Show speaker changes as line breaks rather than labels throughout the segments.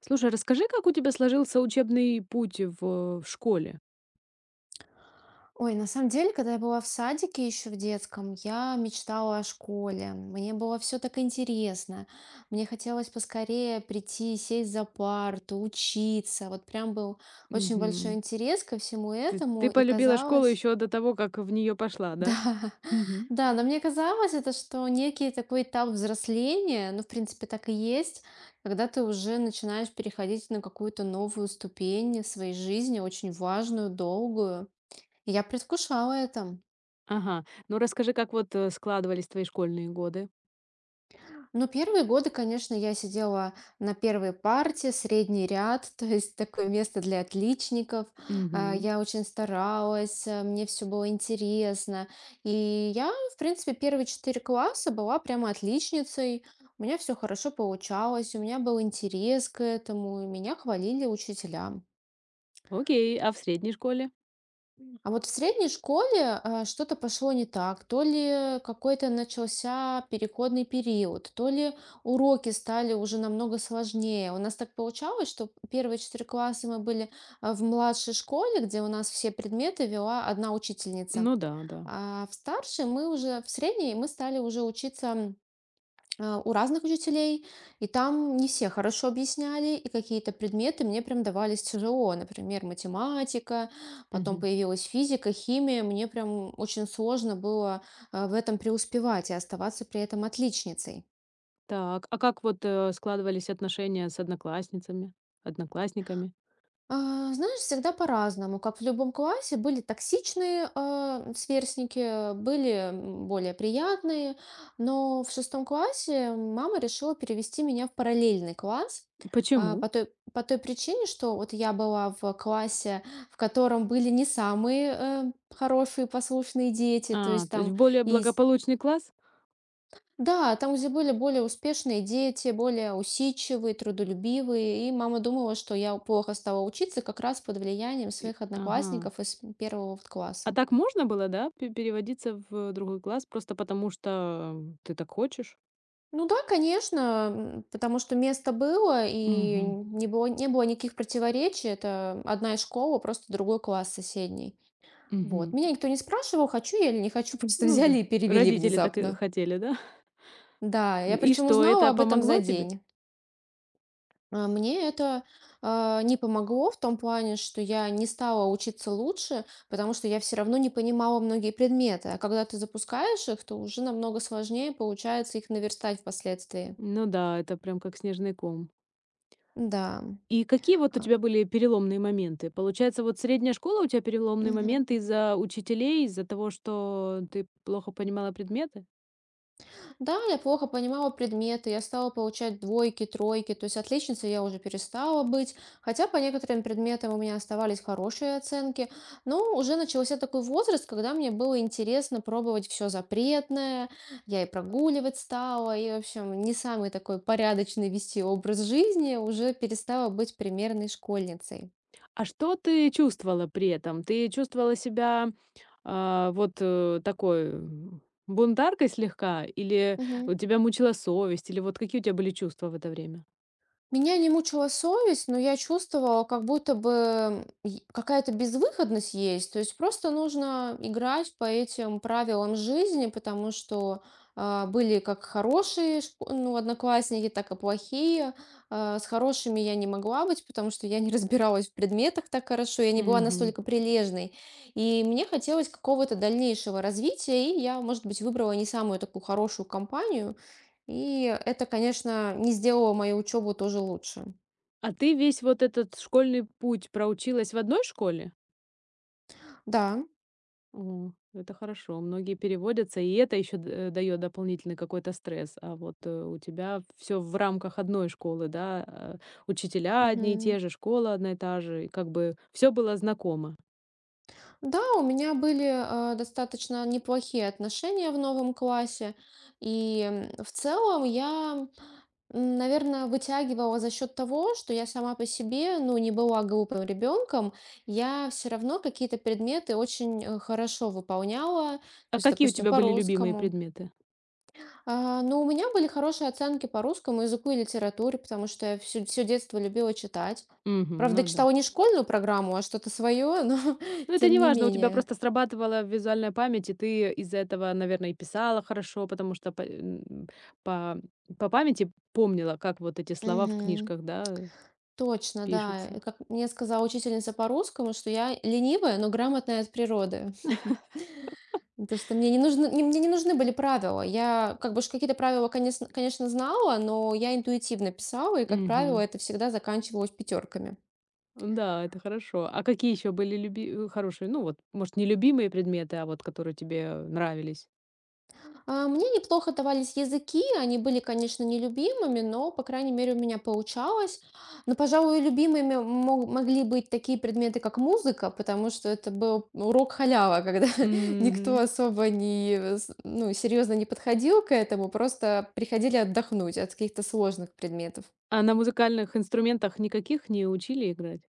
Слушай, а расскажи, как у тебя сложился учебный путь в школе?
Ой, на самом деле, когда я была в садике еще в детском, я мечтала о школе. Мне было все так интересно. Мне хотелось поскорее прийти, сесть за парту, учиться. Вот прям был очень большой
Мгм.
интерес ко всему
Ты,
этому,
ты
и
полюбила школу
казалось,
еще до того, как в нее пошла, да?
да,
Мгм.
да, но мне казалось это, что некий такой этап взросления, ну, в принципе, так и есть, когда ты уже начинаешь переходить на какую-то новую ступень в своей жизни, очень важную, долгую. И я предвкушала это.
Ага. Ну расскажи, как вот складывались твои школьные годы.
Ну, первые годы, конечно, я сидела на первой парте, средний ряд, то есть такое место для отличников.
Мгм.
Я очень старалась, мне все было интересно. И я, в принципе, первые четыре класса была прямо отличницей. У меня все хорошо получалось, у меня был интерес к этому, и меня хвалили учителя.
Окей, а в средней школе?
А вот в средней школе, что-то пошло не так. То ли какой-то начался переходный период, то ли уроки стали уже намного сложнее. У нас так получалось, что первые четыре класса мы были в младшей школе, где у нас все предметы вела одна учительница.
Ну да, да.
В средней мы стали уже учиться у разных учителей, и там не все хорошо объясняли, и какие-то предметы мне прям давались тяжело, например, математика, потом
Мгм.
появилась физика, химия, мне прям очень сложно было в этом преуспевать и оставаться при этом отличницей.
Так, а как вот складывались отношения с одноклассницами, одноклассниками?
Знаешь, всегда по-разному. Как в любом классе были токсичные сверстники, были более приятные, но в шестом классе мама решила перевести меня в параллельный класс.
Почему?
По той причине, что вот я была в классе, в котором были не самые хорошие, послушные дети, то
А,
есть
то есть
там
в более
и
благополучный класс?
да, там, где были более успешные дети, более усидчивые, трудолюбивые, и мама думала, что я плохо стала учиться как раз под влиянием своих
Ага.
одноклассников из первого вот
А
класса.
так можно было, да, пе переводиться в другой класс просто потому, что ты так хочешь?
Ну да, конечно, потому что место было, и
Мгм.
не было никаких противоречий. Это одна из школа, просто другой класс соседний. Вот.
Мгм.
Меня никто не спрашивал, хочу я или не хочу, просто
Ну
взяли
да,
и перевели
родители так и
внезапно.
хотели, да?
Да, я
И
причем
что,
узнала
это
об этом за
помогло тебе?
день. Мне это не помогло в том плане, что я не стала учиться лучше, потому что я все равно не понимала многие предметы. А когда ты запускаешь их, то уже намного сложнее получается их наверстать впоследствии.
Ну да, это прям как снежный ком.
Да.
И какие вот у
А,
тебя были переломные моменты? Получается, вот средняя школа у тебя переломные
Мгм.
моменты из-за учителей, из-за того, что ты плохо понимала предметы?
Да, я плохо понимала предметы, я стала получать двойки, тройки, то есть отличницей я уже перестала быть, хотя по некоторым предметам у меня оставались хорошие оценки, но уже начался такой возраст, когда мне было интересно пробовать все запретное, я и прогуливать стала, и, в общем, не самый такой порядочный вести образ жизни, уже перестала быть примерной школьницей.
А что ты чувствовала при этом? Ты чувствовала себя А, вот, такой, бунтаркой слегка, или
Мгм.
у тебя мучила совесть, или вот какие у тебя были чувства в это время?
Меня не мучила совесть, но я чувствовала, как будто бы и какая-то безвыходность есть. То есть просто нужно играть по этим правилам жизни, потому что были как хорошие ну, одноклассники, так и плохие. С хорошими я не могла быть, потому что я не разбиралась в предметах так хорошо, я не была
Мгм.
настолько прилежной. И мне хотелось какого-то дальнейшего развития, и я, может быть, выбрала не самую такую хорошую компанию. И это, конечно, не сделало мою учебу тоже лучше.
А ты весь вот этот школьный путь проучилась в одной школе?
Да.
О, это хорошо. Многие переводятся, и это еще дает дополнительный какой-то стресс. А вот, у тебя все в рамках одной школы, да, учителя одни и
Мгм.
те же, школа одна и та же, и как бы все было знакомо.
Да, у меня были, достаточно неплохие отношения в новом классе. И, в целом я, наверное, вытягивала за счет того, что я сама по себе, ну, не была глупым ребенком. Я все равно какие-то предметы очень, хорошо выполняла. То
А
есть,
какие у
допустим,
тебя
по
были любимые
русскому.
предметы?
Ну, у меня были хорошие оценки по русскому языку и литературе, потому что я всё детство любила читать.
Мгм,
Правда,
ну да.
читала не школьную программу, а что-то свое, но
Ну, это
тем
не
не
важно, у тебя
менее.
просто срабатывала визуальная память, и ты из-за этого, наверное, и писала хорошо, потому что по, по памяти помнила, как вот эти слова в
Мгм.
книжках, да,
Точно, да. И
пишутся.
как мне сказала учительница по русскому, что я ленивая, но грамотная от природы. Ну, то, что мне не нужны были правила. Я как бы ж какие-то правила, конечно, знала, но я интуитивно писала, и, как правило,
Мгм.
это всегда заканчивалось пятерками.
Да, это хорошо. А какие еще были хорошие, ну вот, может, не любимые предметы, а вот которые тебе нравились?
Мне неплохо давались языки, они были, конечно, нелюбимыми, но, по крайней мере, у меня получалось. Но, пожалуй, любимыми могли быть такие предметы, как музыка, потому что это был урок халява, когда никто
Мгм.
особо не, ну, серьезно не подходил к этому, просто приходили отдохнуть от каких-то сложных предметов.
А на музыкальных инструментах никаких не учили играть?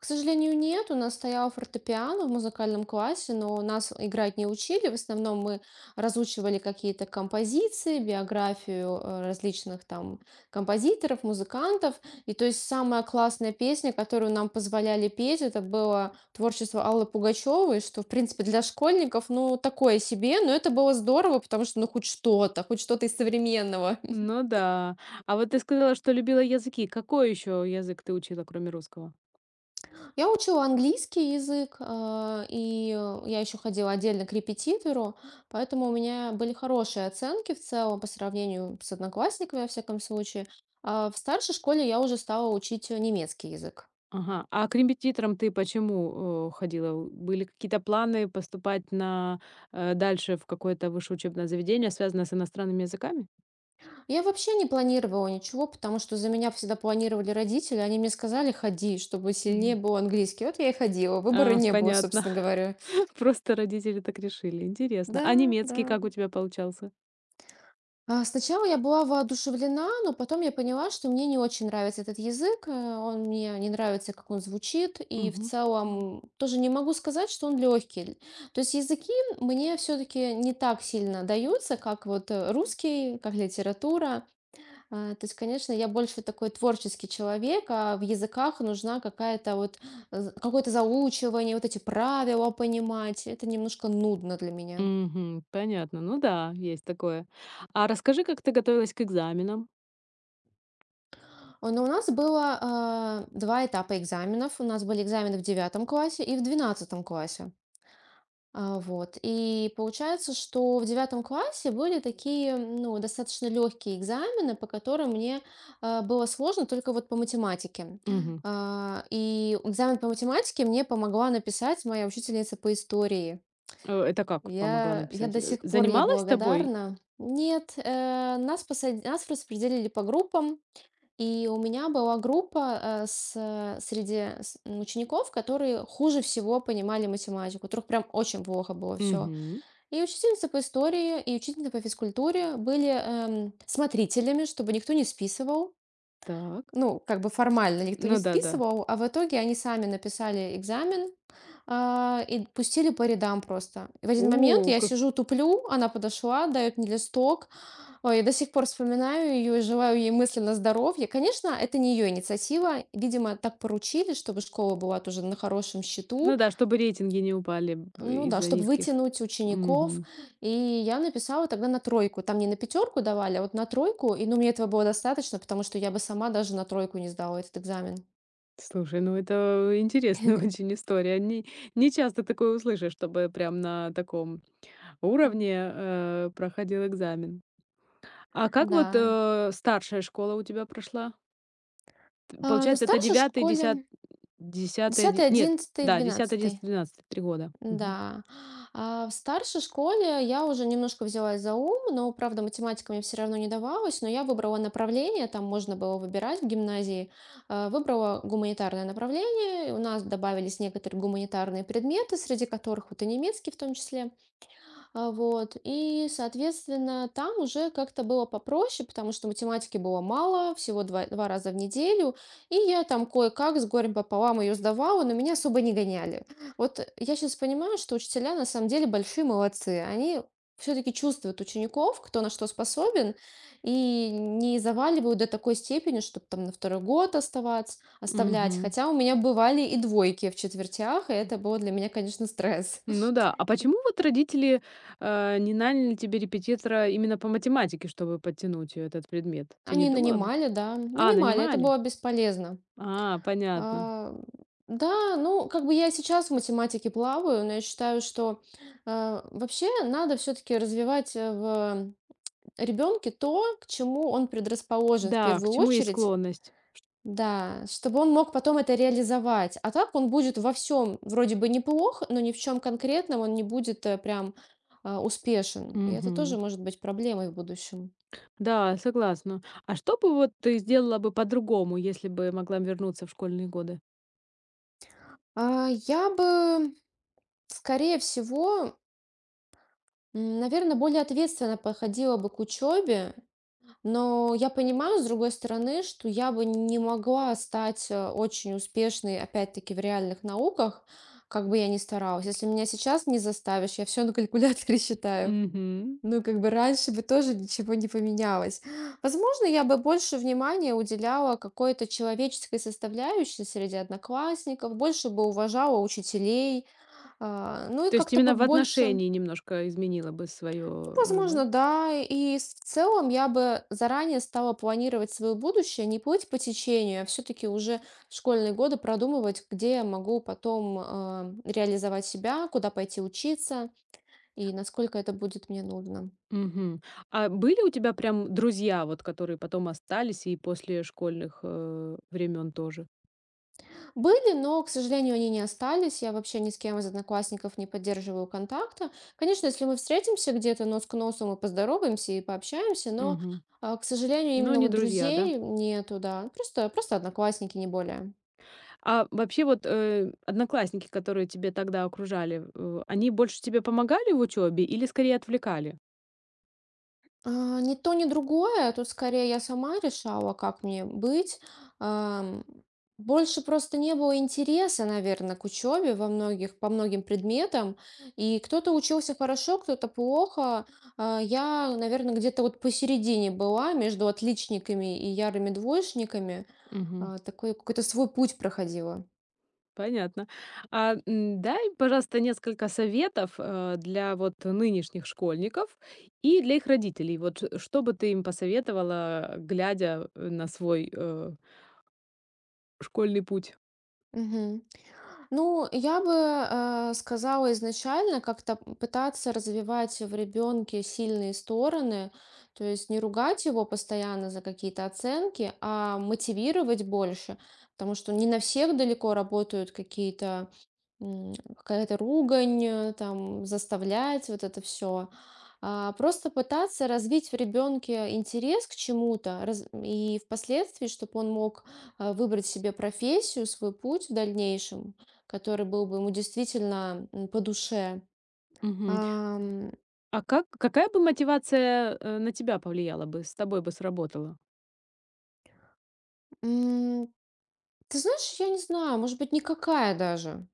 К сожалению, нет. У нас стоял фортепиано в музыкальном классе, но нас играть не учили. В основном мы разучивали какие-то композиции, биографию различных там композиторов, музыкантов. И то есть самая классная песня, которую нам позволяли петь, это было творчество Аллы Пугачевой, что, в принципе, для школьников, ну, такое себе, но это было здорово, потому что, ну, хоть что-то из современного.
Ну да. А вот ты сказала, что любила языки. Какой еще язык ты учила, кроме русского?
Я учила английский язык, и я еще ходила отдельно к репетитору, поэтому у меня были хорошие оценки в целом по сравнению с одноклассниками, во всяком случае. А в старшей школе я уже стала учить немецкий язык.
Ага. А к репетиторам ты почему, ходила? У были какие-то планы поступать на, дальше в какое-то высшее учебное заведение, связанное с иностранными языками?
Я вообще не планировала ничего, потому что за меня всегда планировали родители. Они мне сказали, ходи, чтобы сильнее
Мгм.
был английский. Вот я и ходила, выбора
А,
не было,
понятно.
собственно говоря.
Просто родители так решили. Интересно. А
Да,
немецкий
да.
как у тебя получался?
Сначала я была воодушевлена, но потом я поняла, что мне не очень нравится этот язык, он мне не нравится, как он звучит, и в
Мгм.
целом тоже не могу сказать, что он легкий. То есть языки мне все-таки не так сильно даются, как вот русский, как литература. То есть, конечно, я больше такой творческий человек, а в языках нужна какое-то заучивание, вот эти правила понимать. Это немножко нудно для меня.
Мгм. Понятно. Ну да, есть такое. А расскажи, как ты готовилась к экзаменам?
О, ну, у нас было два этапа экзаменов. У нас были экзамены в девятом классе и в двенадцатом классе. Вот. И получается, что в девятом классе были такие, ну, достаточно легкие экзамены, по которым мне было сложно только вот по математике.
Мгм.
И экзамен по математике мне помогла написать моя учительница по истории.
Это как помогла
Я
написать?
до
Э,
сих пор ей
занималась тобой?
благодарна. Нет, нас распределили по группам. И у меня была группа, э, с э, среди с м, учеников, которые хуже всего понимали математику, у которых прям очень плохо было все.
Мгм.
И учительница по истории, и учительница по физкультуре были, смотрителями, чтобы никто не списывал.
Так.
Ну, как бы формально никто не
Ну да-да.
списывал, а в итоге они сами написали экзамен. И пустили по рядам просто. И в один момент
О,
я
как
сижу, туплю, она подошла, дает мне листок. Ой, я до сих пор вспоминаю ее и желаю ей мысленно здоровья. Конечно, это не ее инициатива. Видимо, так поручили, чтобы школа была тоже на хорошем
ну
счету.
да, чтобы рейтинги не упали б
Ну да,
из-за
чтобы
низких.
вытянуть учеников.
Мгм.
И я написала тогда на тройку. Там не на пятерку давали, а вот на тройку. И ну, мне этого было достаточно, потому что я бы сама даже на тройку не сдала этот экзамен.
Слушай, ну это интересная очень история. Не часто такое услышишь, чтобы прям на таком уровне, проходил экзамен. А как вот,
Да.
старшая школа у тебя прошла? Т
На
Получается, это
старшей
девятый, десятый,
школе десятый,
десятый? Нет,
одиннадцатый,
да, десятый,
двенадцатый.
одиннадцатый, двенадцатый, 3 года. Мгм.
Да. А в старшей школе я уже немножко взялась за ум, но, правда, математика мне все равно не давалась, но я выбрала направление, там можно было выбирать в гимназии. Выбрала гуманитарное направление, и у нас добавились некоторые гуманитарные предметы, среди которых вот и немецкий в том числе. Вот. И, соответственно, там уже как-то было попроще, потому что математики было мало, всего два раза в неделю. И я там кое-как с горем пополам ее сдавала, но меня особо не гоняли. Вот я сейчас понимаю, что учителя на самом деле большие молодцы. Они все-таки чувствуют учеников, кто на что способен, и не заваливают до такой степени, чтобы там на второй год оставаться, оставлять.
Мгм.
Хотя у меня бывали и двойки в четвертях, и это было для меня, конечно, стресс.
Ну да. А почему вот родители, не наняли тебе репетитора именно по математике, чтобы подтянуть её этот предмет? Ты не
Они
думала об этом?
нанимали, да,
А,
нанимали, это
нанимали?
было бесполезно.
А, понятно.
А, да, ну, как бы я сейчас в математике плаваю, но я считаю, что вообще надо все-таки развивать в ребенке то, к чему он предрасположен в
Да, к
первую
чему есть
очередь.
склонность.
Да, чтобы он мог потом это реализовать. А так он будет во всем вроде бы неплох, но ни в чем конкретном он не будет прям успешен. И это тоже
Мгм.
может быть проблемой в будущем.
Да, согласна. А что бы вот ты сделала бы по-другому, если бы могла вернуться в школьные годы?
Я бы, скорее всего, наверное, более ответственно подходила бы к учебе, но я понимаю, с другой стороны, что я бы не могла стать очень успешной, опять-таки, в реальных науках, как бы я ни старалась. Если меня сейчас не заставишь, я все на калькуляторе считаю.
Мгм.
Ну, как бы раньше бы тоже ничего не поменялось. Возможно, я бы больше внимания уделяла какой-то человеческой составляющей среди одноклассников, больше бы уважала учителей, ну и
То есть
как-то бы
именно в
больше
отношении немножко изменила бы
ну,
свое,
возможно,
да?
да. В целом я бы заранее стала планировать свое будущее, не плыть по течению, а все-таки уже в школьные годы продумывать, где я могу потом реализовать себя, куда пойти учиться и насколько это будет мне нужно.
Мгм. А были у тебя прям друзья, вот которые потом остались и после школьных, времен тоже?
Были, но, к сожалению, они не остались. Я вообще ни с кем из одноклассников не поддерживаю контакта. Конечно, если мы встретимся где-то нос к носу, мы поздороваемся и пообщаемся, но,
Мгм.
к сожалению,
Но
именно
не
вот
друзья, да?
друзей нету, да. Просто одноклассники, не более.
А вообще вот, одноклассники, которые тебе тогда окружали, они больше тебе помогали в учебе или скорее отвлекали?
Ни то, ни другое. Тут скорее я сама решала, как мне быть. Ам, больше просто не было интереса, наверное, к учебе по многим предметам. И кто-то учился хорошо, кто-то плохо. Я, наверное, где-то вот посередине была между отличниками и ярыми двоечниками.
Мгм.
Такой какой-то свой путь проходила.
Понятно. А, дай, пожалуйста, несколько советов, для вот нынешних школьников и для их родителей. Вот ш что бы ты им посоветовала, глядя, на свой, школьный путь?
Мгм. Ну, я бы сказала изначально как-то пытаться развивать в ребенке сильные стороны, то есть не ругать его постоянно за какие-то оценки, а мотивировать больше, потому что не на всех далеко работают какая-то ругань, там заставлять вот это все. Просто пытаться развить в ребенке интерес к чему-то и впоследствии, чтобы он мог выбрать себе профессию, свой путь в дальнейшем, который был бы ему действительно, по душе.
Мгм.
Ам,
А какая бы мотивация, на тебя повлияла бы, с тобой бы сработала?
м, Ты знаешь, я не знаю, может быть, никакая даже.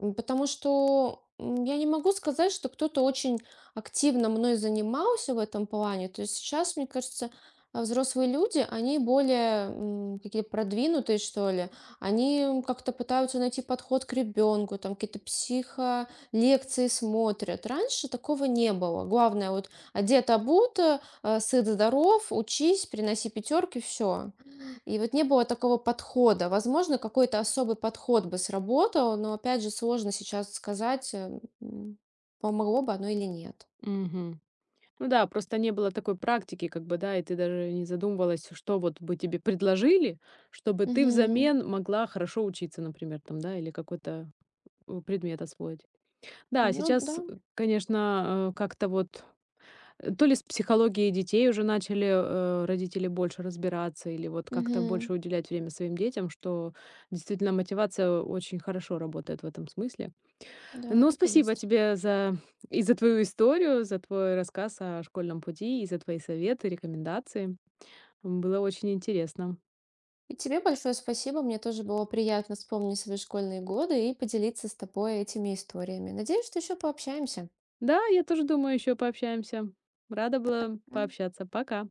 Потому что я не могу сказать, что кто-то очень активно мной занимался в этом плане. То есть сейчас, мне кажется, взрослые люди, они более какие-то продвинутые, что ли. Они как-то пытаются найти подход к ребенку, там какие-то психолекции смотрят. Раньше такого не было. Главное, вот одет, обут, сыт, здоров, учись, приноси пятерки, все. И вот не было такого подхода. Возможно, какой-то особый подход бы сработал, но опять же сложно сейчас сказать, помогло бы оно или нет.
Мгм. Ну да, просто не было такой практики, как бы, да, и ты даже не задумывалась, что вот бы тебе предложили, чтобы ты
Мгм.
взамен могла хорошо учиться, например, там, да, или какой-то, предмет освоить. Да,
Ну да.
сейчас, конечно, как-то вот, то ли с психологией детей уже начали, родители больше разбираться или вот как-то больше
Мгм.
уделять время своим детям, что действительно мотивация очень хорошо работает в этом смысле.
Да,
Ну,
так и
спасибо
есть.
тебе за твою историю, за твой рассказ о школьном пути, и за твои советы, рекомендации. Было очень интересно.
И тебе большое спасибо, мне тоже было приятно вспомнить свои школьные годы и поделиться с тобой этими историями. Надеюсь, что еще пообщаемся.
Да, я тоже думаю, еще пообщаемся. Рада была
Да.
пообщаться. Пока.